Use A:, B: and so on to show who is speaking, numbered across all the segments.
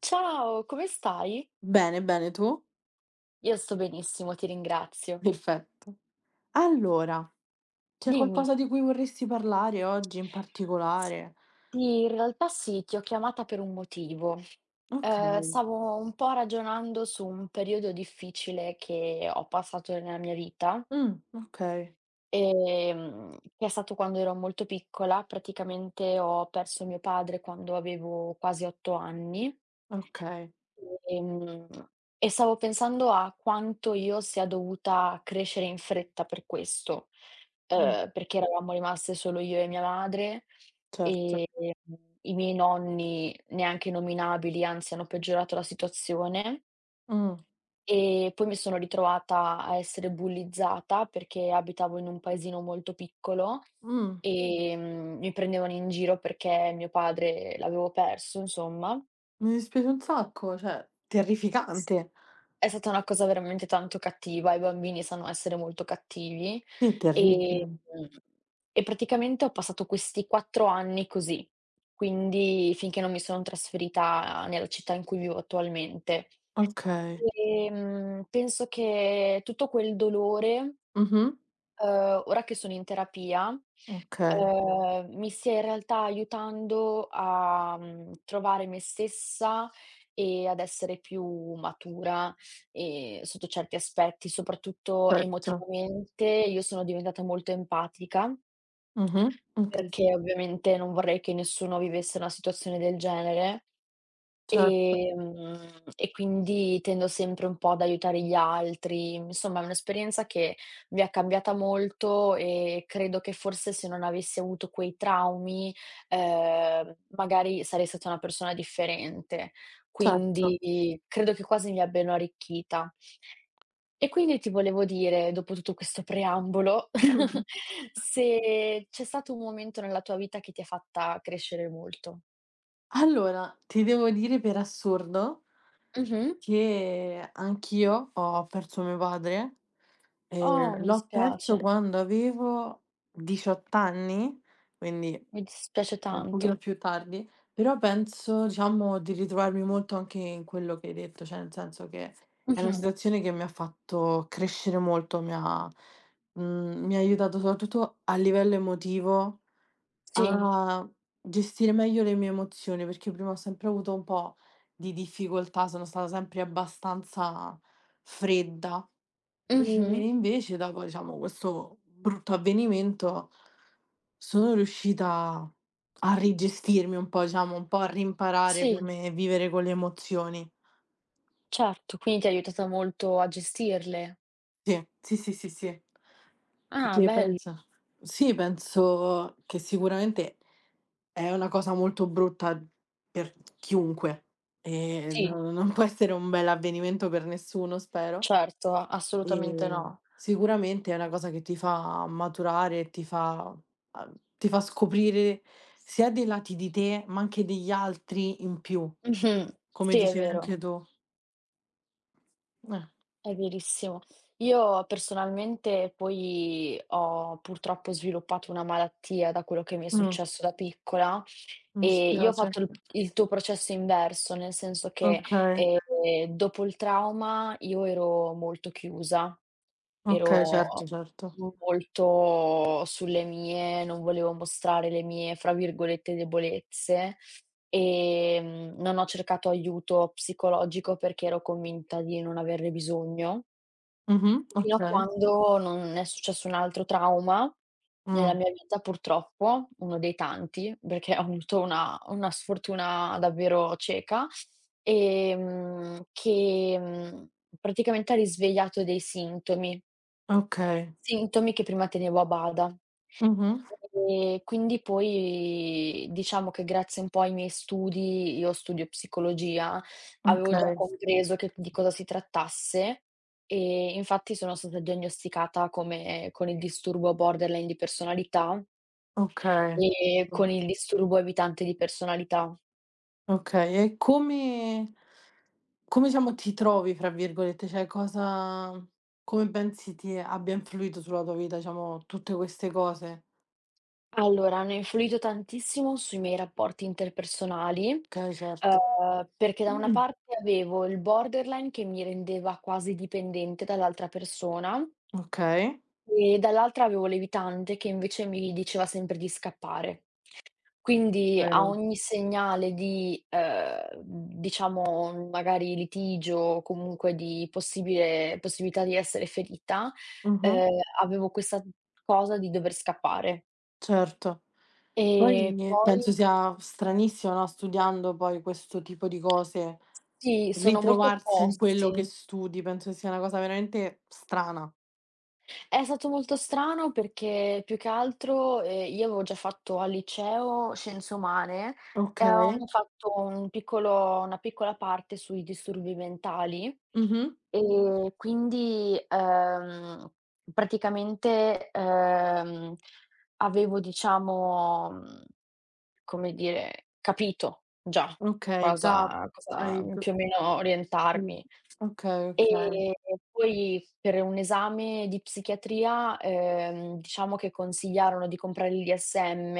A: Ciao, come stai?
B: Bene, bene, tu?
A: Io sto benissimo, ti ringrazio.
B: Perfetto. Allora, c'è
A: Dimmi.
B: qualcosa di cui vorresti parlare oggi in particolare?
A: Sì, in realtà sì, ti ho chiamata per un motivo.
B: Okay.
A: Stavo un po' ragionando su un periodo difficile che ho passato nella mia vita,
B: Okay,
A: che è stato quando ero molto piccola. Praticamente ho perso mio padre quando avevo quasi 8 anni.
B: okay.
A: Ehm, e stavo pensando a quanto io sia dovuta crescere in fretta per questo,
B: Mh,
A: perché eravamo rimaste solo io e mia madre, ehm,
B: certo.
A: i miei nonni neanche nominabili, anzi hanno peggiorato la situazione.
B: Mh,
A: E poi mi sono ritrovata a essere bullizzata perché abitavo in un paesino molto piccolo,
B: mh.
A: mi prendevano in giro perché mio padre l'avevo perso, insomma.
B: Mi dispiace un sacco, cioè terrificante.
A: È stata una cosa veramente tanto cattiva. I bambini sanno essere molto cattivi,
B: Sì, è
A: ehm,
B: terribile.
A: e praticamente ho passato questi 4 anni così, quindi finché non mi sono trasferita nella città in cui vivo attualmente.
B: Okay.
A: Penso che tutto quel dolore,
B: Mh-mh.
A: ora che sono in terapia,
B: Okay,
A: Mi stia in realtà aiutando a, trovare me stessa e ad essere più matura, sotto certi aspetti, soprattutto
B: certo.
A: emotivamente. Io sono diventata molto empatica
B: Mh-mh. Okay.
A: perché ovviamente non vorrei che nessuno vivesse una situazione del genere.
B: Cer
A: Ehm, e quindi tendo sempre un po' ad aiutare gli altri. Insomma, è un'esperienza che mi ha cambiata molto e credo che forse se non avessi avuto quei traumi, magari sarei stata una persona differente.
B: certo.
A: Quindi credo che quasi mi abbiano arricchita. E quindi ti volevo dire, dopo tutto questo preambolo,
B: Mh-mh.
A: se c'è stato un momento nella tua vita che ti ha fatta crescere molto.
B: Allora, ti devo dire per assurdo
A: Mh-mh.
B: che anch'io ho perso mio padre.
A: Oh,
B: L'ho perso quando avevo 18 anni, quindi
A: mi dispiace
B: un pochino
A: tanto.
B: più tardi, però penso, diciamo, di ritrovarmi molto anche in quello che hai detto, cioè nel senso che è una
A: Mh-mh.
B: situazione che mi ha fatto crescere molto, mi ha aiutato soprattutto a livello emotivo
A: Sì.
B: a gestire meglio le mie emozioni, perché prima ho sempre avuto un po' di difficoltà, sono stata sempre abbastanza fredda.
A: Mh-mh.
B: E invece dopo, diciamo, questo brutto avvenimento, sono riuscita a rigestirmi un po', diciamo, un po' a rimparare
A: Sì,
B: come vivere con le emozioni.
A: certo. Quindi ti ha aiutata molto a gestirle.
B: Sì, sì, sì, sì, sì.
A: Ah,
B: Perché
A: bello.
B: pensa Sì, penso che sicuramente è una cosa molto brutta per chiunque, e
A: Sì,
B: no non può essere un bell'avvenimento per nessuno, spero.
A: certo, assolutamente
B: Ehm,
A: no.
B: Sicuramente è una cosa che ti fa maturare e ti fa scoprire sia dei lati di te, ma anche degli altri in più,
A: Mh-mh.
B: come
A: Sì, è
B: dicevi anche
A: vero.
B: tu. Eh,
A: È verissimo. Io personalmente poi ho purtroppo sviluppato una malattia da quello che mi è
B: mh,
A: successo da piccola
B: mi
A: e io ho
B: dispiace.
A: fatto il tuo processo inverso, nel senso che,
B: Okay,
A: dopo il trauma io ero molto chiusa,
B: okay,
A: ero
B: certo, certo.
A: molto sulle mie, non volevo mostrare le mie, fra virgolette, "debolezze". Non ho cercato aiuto psicologico perché ero convinta di non averne bisogno,
B: Mh-mh,
A: fino a
B: okay.
A: quando non è successo un altro trauma nella
B: Mh,
A: mia vita purtroppo, uno dei tanti, perché ho avuto una sfortuna davvero cieca, che, praticamente ha risvegliato dei
B: okay.
A: sintomi che prima tenevo a bada.
B: Mh-mh,
A: E quindi poi diciamo che grazie un po' ai miei studi, io studio psicologia, avevo già
B: okay,
A: compreso che di cosa si trattasse e infatti sono stata diagnosticata come con il disturbo borderline di personalità
B: okay.
A: e
B: Mh.
A: con il disturbo evitante di personalità.
B: Okay, e come diciamo ti trovi fra virgolette, cioè cosa come pensi ti abbia influito sulla tua vita, diciamo, tutte queste cose?
A: Allora, hanno influito tantissimo sui miei rapporti interpersonali,
B: Okay, certo.
A: perché da una parte avevo il borderline che mi rendeva quasi dipendente dall'altra persona.
B: Okay.
A: E dall'altra avevo l'evitante che invece mi diceva sempre di scappare. Quindi a
B: Okay.
A: ogni segnale di, diciamo magari litigio o comunque di possibile possibilità di essere ferita,
B: Mh-mh.
A: ehm, avevo questa cosa di dover scappare.
B: Certo.
A: E
B: Poi
A: poi
B: penso sia stranissimo, no, studiando poi questo tipo di cose,
A: sì, sono molto
B: ritrovarsi in quello
A: opposti.
B: che studi, penso sia una cosa veramente strana.
A: È stato molto strano perché più che altro, io avevo già fatto al liceo scienze umane e
B: Okay.
A: avevamo fatto un piccolo una piccola parte sui disturbi mentali
B: Mh-mh.
A: e quindi, praticamente, ehm, avevo diciamo, come dire, capito già
B: Okay, già
A: cosa,
B: hai p
A: più o meno
B: mh.
A: orientarmi.
B: Okay, okay,
A: Ehm, Poi per un esame di psichiatria, diciamo che consigliarono di comprare il DSM,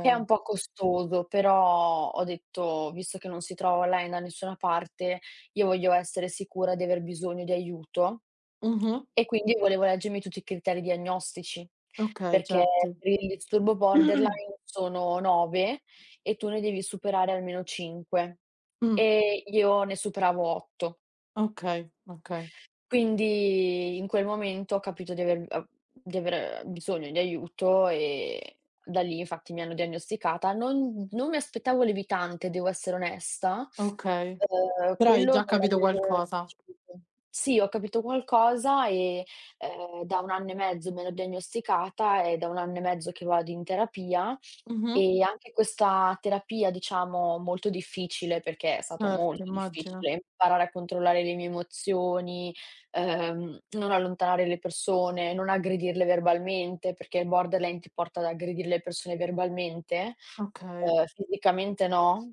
A: che è un po' costoso, però ho detto: "Visto che non si trova online da nessuna parte, io voglio essere sicura di aver bisogno di aiuto",
B: Mh-mh.
A: e quindi volevo leggermi tutti i criteri diagnostici,
B: Okay,
A: perché
B: certo.
A: per il disturbo borderline sono 9 e tu ne devi superare almeno 5,
B: Mh.
A: e io ne superavo 8.
B: Okay, okay,
A: Quindi in quel momento ho capito di aver bisogno di aiuto e da lì infatti mi hanno diagnosticata. Non mi aspettavo l'evitante, devo essere onesta.
B: okay. Però hai
A: Quello
B: già
A: non
B: capito
A: l'avevo
B: qualcosa.
A: percepito. Sì, ho capito qualcosa e, da 1 anno e mezzo mi hanno diagnosticata, è da 1 anno e mezzo che vado in terapia
B: Mh-mh.
A: e anche questa terapia, diciamo, molto difficile, perché è stato
B: Certo,
A: molto
B: immagino.
A: difficile imparare a controllare le mie emozioni. Non allontanare le persone, non aggredirle verbalmente, perché il borderline ti porta ad aggredire le persone verbalmente,
B: Okay,
A: fisicamente no,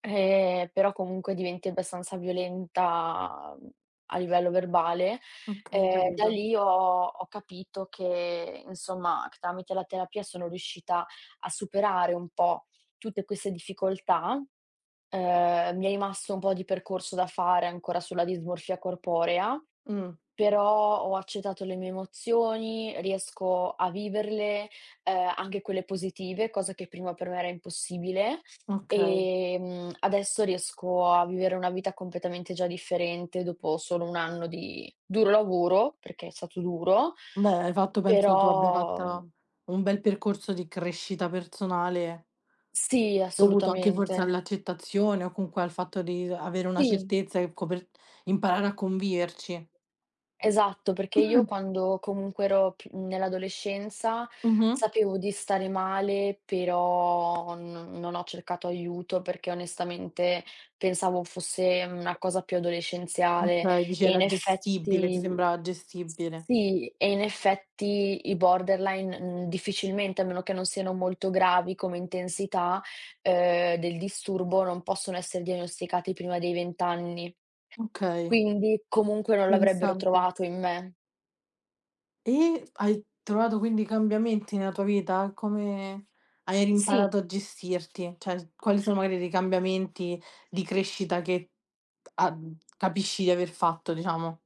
A: però comunque diventi abbastanza violenta, a livello verbale.
B: okay,
A: Ehm, da
B: capito.
A: lì ho ho capito che insomma, che tramite la terapia sono riuscita a superare un po' tutte queste difficoltà. Mi è rimasto un po' di percorso da fare ancora sulla dismorfia corporea.
B: Mh,
A: Però ho accettato le mie emozioni, riesco a viverle, anche quelle positive, cosa che prima per me era impossibile.
B: okay.
A: Adesso riesco a vivere una vita completamente già differente dopo solo 1 anno di duro lavoro, perché è stato duro,
B: Beh, hai fatto Penso tu abbia
A: però
B: fatto un bel percorso di crescita personale,
A: sì,
B: dovuto anche forse
A: assolutamente.
B: all'accettazione o comunque al fatto di avere una
A: Sì.
B: certezza e coper imparare a conviverci.
A: Esatto, perché io quando comunque ero più nell'adolescenza
B: Mh-mh.
A: sapevo di stare male, però n non ho cercato aiuto perché onestamente pensavo fosse una cosa più adolescenziale
B: Okay, dici
A: e in
B: era gestibile, ti
A: effetti
B: sembrava gestibile.
A: sì, e in effetti i borderline, difficilmente, a meno che non siano molto gravi come intensità, del disturbo, non possono essere diagnosticati prima dei 20 anni.
B: Okay,
A: Quindi comunque non l'avrebbero
B: interessante.
A: trovato in me.
B: E hai trovato quindi cambiamenti nella tua vita? Come Hai
A: Sì,
B: rimparato a gestirti? Cioè, quali sono magari dei cambiamenti di crescita che a capisci di aver fatto, diciamo?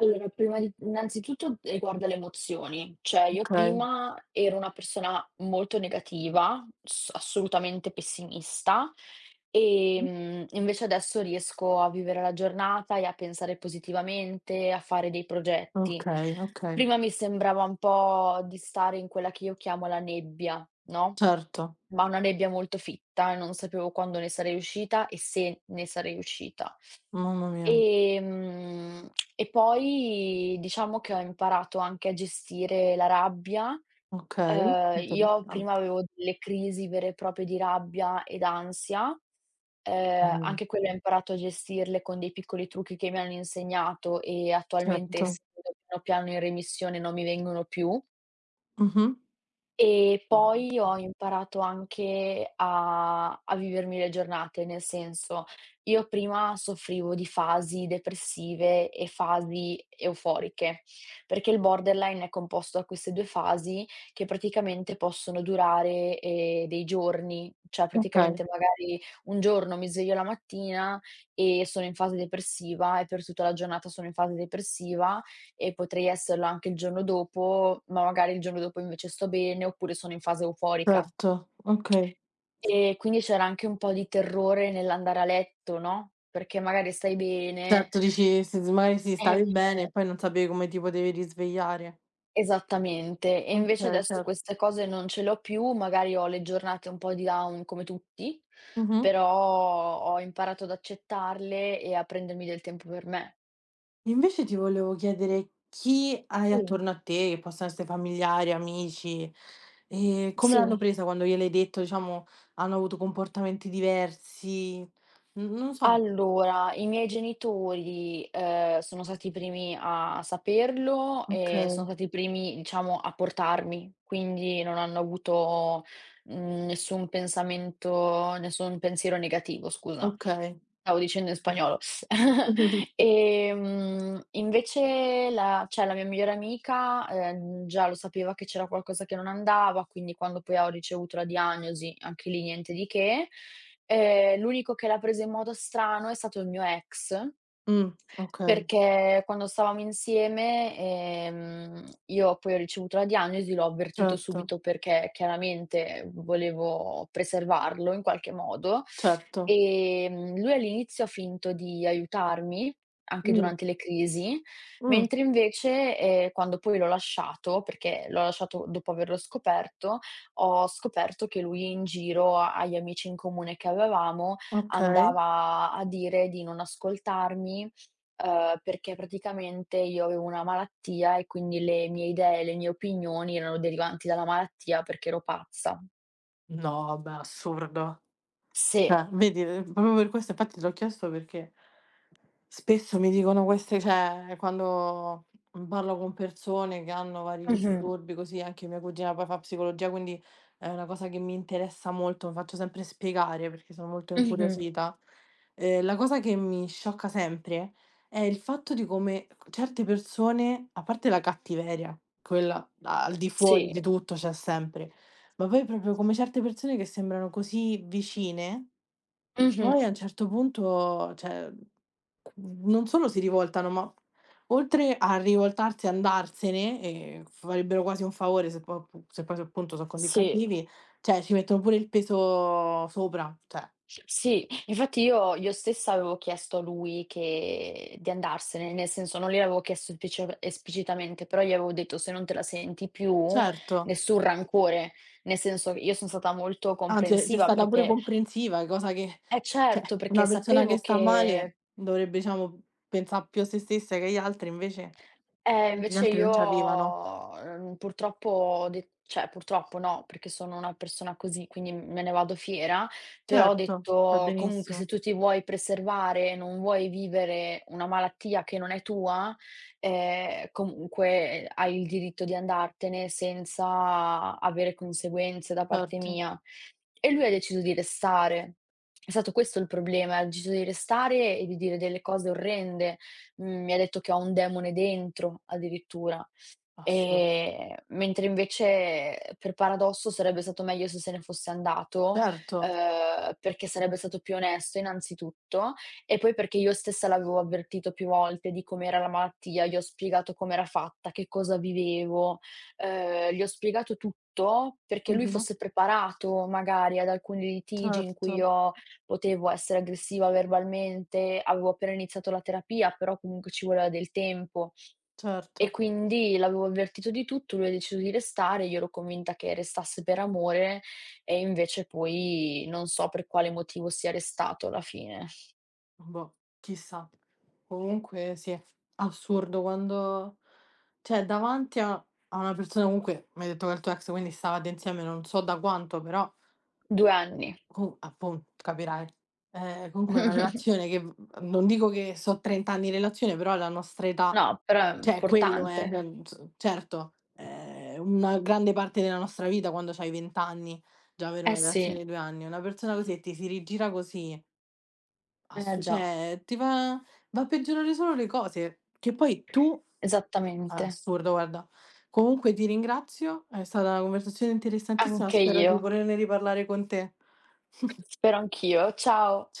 A: allora prima di innanzitutto riguarda le emozioni, cioè io
B: Okay.
A: prima ero una persona molto negativa, s assolutamente pessimista,
B: Mh.
A: invece adesso riesco a vivere la giornata e a pensare positivamente, a fare dei progetti.
B: Okay, okay.
A: Prima mi sembrava un po' di stare in quella che io chiamo la nebbia, no,
B: Certo.
A: ma una nebbia molto fitta e non sapevo quando ne sarei uscita e se ne sarei uscita.
B: Mamma mia.
A: Ehm, e poi diciamo che ho imparato anche a gestire la rabbia.
B: Okay.
A: Io
B: Interessan
A: prima avevo delle crisi vere e proprie di rabbia ed ansia,
B: Mh,
A: anche quelle ho imparato a gestirle con dei piccoli trucchi che mi hanno insegnato e attualmente
B: certo.
A: essendo piano piano in remissione non mi vengono più.
B: Mh-mh.
A: E poi ho imparato anche a vivermi le giornate, nel senso, io prima soffrivo di fasi depressive e fasi euforiche, perché il borderline è composto da queste 2 fasi che praticamente possono durare, dei giorni, cioè
B: Okay,
A: praticamente magari un giorno mi sveglio la mattina e sono in fase depressiva e per tutta la giornata sono in fase depressiva e potrei esserlo anche il giorno dopo, ma magari il giorno dopo invece sto bene, oppure sono in fase euforica.
B: certo. Okay.
A: E quindi c'era anche un po' di terrore nell'andare a letto, no, perché magari stai bene.
B: Certo, dici se s magari sì,
A: Eh,
B: stavi bene e poi non sapevi come ti potevi risvegliare.
A: esattamente. E invece
B: Okay,
A: adesso
B: certo.
A: queste cose non ce le ho più, magari ho le giornate un po' di down come tutti,
B: Mh-mh.
A: però ho imparato ad accettarle e a prendermi del tempo per me.
B: Invece ti volevo chiedere chi hai
A: Sì,
B: attorno a te, che possono essere familiari, amici, come l'hanno
A: sì.
B: presa quando gliel'hai detto, diciamo, hanno avuto comportamenti diversi? N non so.
A: Allora, i miei genitori, sono stati i primi a saperlo e sono
B: Okay,
A: stati i primi, diciamo, a portarmi, quindi non hanno avuto, nessun pensiero negativo, scusa.
B: okay.
A: Stavo dicendo in spagnolo. Invece la cioè la mia migliore amica, già lo sapeva che c'era qualcosa che non andava, quindi quando poi ho ricevuto la diagnosi, anche lì niente di che. L'unico che l'ha presa in modo strano è stato il mio ex,
B: Mh, okay,
A: perché quando stavamo insieme, io poi ho ricevuto la diagnosi, l'ho avvertito
B: certo,
A: subito perché chiaramente volevo preservarlo in qualche modo.
B: certo.
A: Lui all'inizio ha finto di aiutarmi, anche
B: Mh,
A: durante le crisi,
B: mh,
A: mentre invece, quando poi l'ho lasciato, perché l'ho lasciato dopo averlo scoperto, ho scoperto che lui in giro a agli amici in comune che avevamo
B: okay.
A: andava a dire di non ascoltarmi. Perché praticamente io avevo una malattia e quindi le mie idee, le mie opinioni erano derivanti dalla malattia perché ero pazza.
B: No, vabbè, assurdo.
A: Sì.
B: Cioè, vedi, proprio per questo infatti te l'ho chiesto perché spesso mi dicono queste cioè, quando, mhmm, parlo con persone che hanno vari
A: Mh-mh.
B: disturbi così, anche mia cugina poi fa psicologia, quindi è una cosa che mi interessa molto, mi faccio sempre spiegare perché sono molto
A: Mh-mh.
B: incuriosita. La cosa che mi sciocca sempre è il fatto di come c certe persone, a parte la cattiveria, quella al di fuori
A: Sì.
B: di tutto c'è sempre, ma poi proprio come certe persone che sembrano così vicine
A: Mh-mh.
B: poi a un certo punto, cioè, non solo si rivoltano, ma oltre a rivoltarsi e andarsene, e farebbero quasi un favore se poi appu se poi appunto son così
A: Sì.
B: cattivi, cioè ci mettono pure il peso sopra, cioè
A: Sì. Infatti io stessa avevo chiesto a lui che di andarsene, nel senso non gliel'avevo chiesto esplicio esplicitamente, però gli avevo detto: "Se non te la senti più,
B: certo.
A: nessun rancore." Nel senso, io son stata molto
B: Anzi, e sei
A: comprensiva
B: stata pure
A: perché
B: comprensiva, cosa che
A: eh
B: cioè
A: certo, perché
B: una persona che
A: sapevo
B: sta male
A: che.
B: dovrebbe, diciamo, pensà più a se stessa che agli altri, invece gli
A: Invece
B: altri
A: io,
B: non ci arrivano.
A: purtroppo ho de cioè purtroppo no, perché sono una persona così, quindi me ne vado fiera, però ho
B: Certo, va
A: detto: "Comunque se
B: benissimo,
A: tu ti vuoi preservare, non vuoi vivere una malattia che non è tua, comunque hai il diritto di andartene senza avere conseguenze da parte
B: certo.
A: mia". E lui ha deciso di restare. È stato questo il problema, ha deciso di restare e di dire delle cose orrende. Mi ha detto che ho un demone dentro addirittura.
B: Assurdo.
A: Mentre invece per paradosso sarebbe stato meglio se se ne fosse andato,
B: Certo.
A: perché sarebbe stato più onesto innanzitutto, e poi perché io stessa l'avevo avvertito più volte di com'era la malattia, gli ho spiegato com'era fatta, che cosa vivevo, gli ho spiegato tutto perché lui
B: Mh-mh.
A: fosse preparato magari ad alcuni litigi in cui
B: Certo,
A: io potevo essere aggressiva verbalmente, avevo appena iniziato la terapia, però comunque ci voleva del tempo e
B: certo.
A: quindi l'avevo avvertito di tutto, lui ha deciso di restare, io ero convinta che restasse per amore e invece poi non so per quale motivo sia restato alla fine.
B: Boh, chissà. Comunque sì, assurdo quando cioè davanti a una persona comunque mi hai detto che è il tuo ex quindi stavate insieme non so da quanto, però
A: 2 anni.
B: co appun capirai. Comunque è una relazione che v non dico che so' 30 anni di relazione, però la nostra età
A: No, però è
B: cioè quello è,
A: importante.
B: cioè n s certo, è una grande parte della nostra vita quando c'hai 20 anni, già avere
A: Eh
B: una
A: sì,
B: relazione di 2 anni. Una persona così e ti si rigira così
A: eh
B: Assu
A: già,
B: cioè ti va a peggiorare solo le cose, che poi tu
A: esattamente.
B: assurdo guarda. Comunque ti ringrazio, è stata una conversazione interessantissima,
A: Anche
B: spero di
A: io,
B: poterne riparlare con te.
A: spero anch'io. Ciao.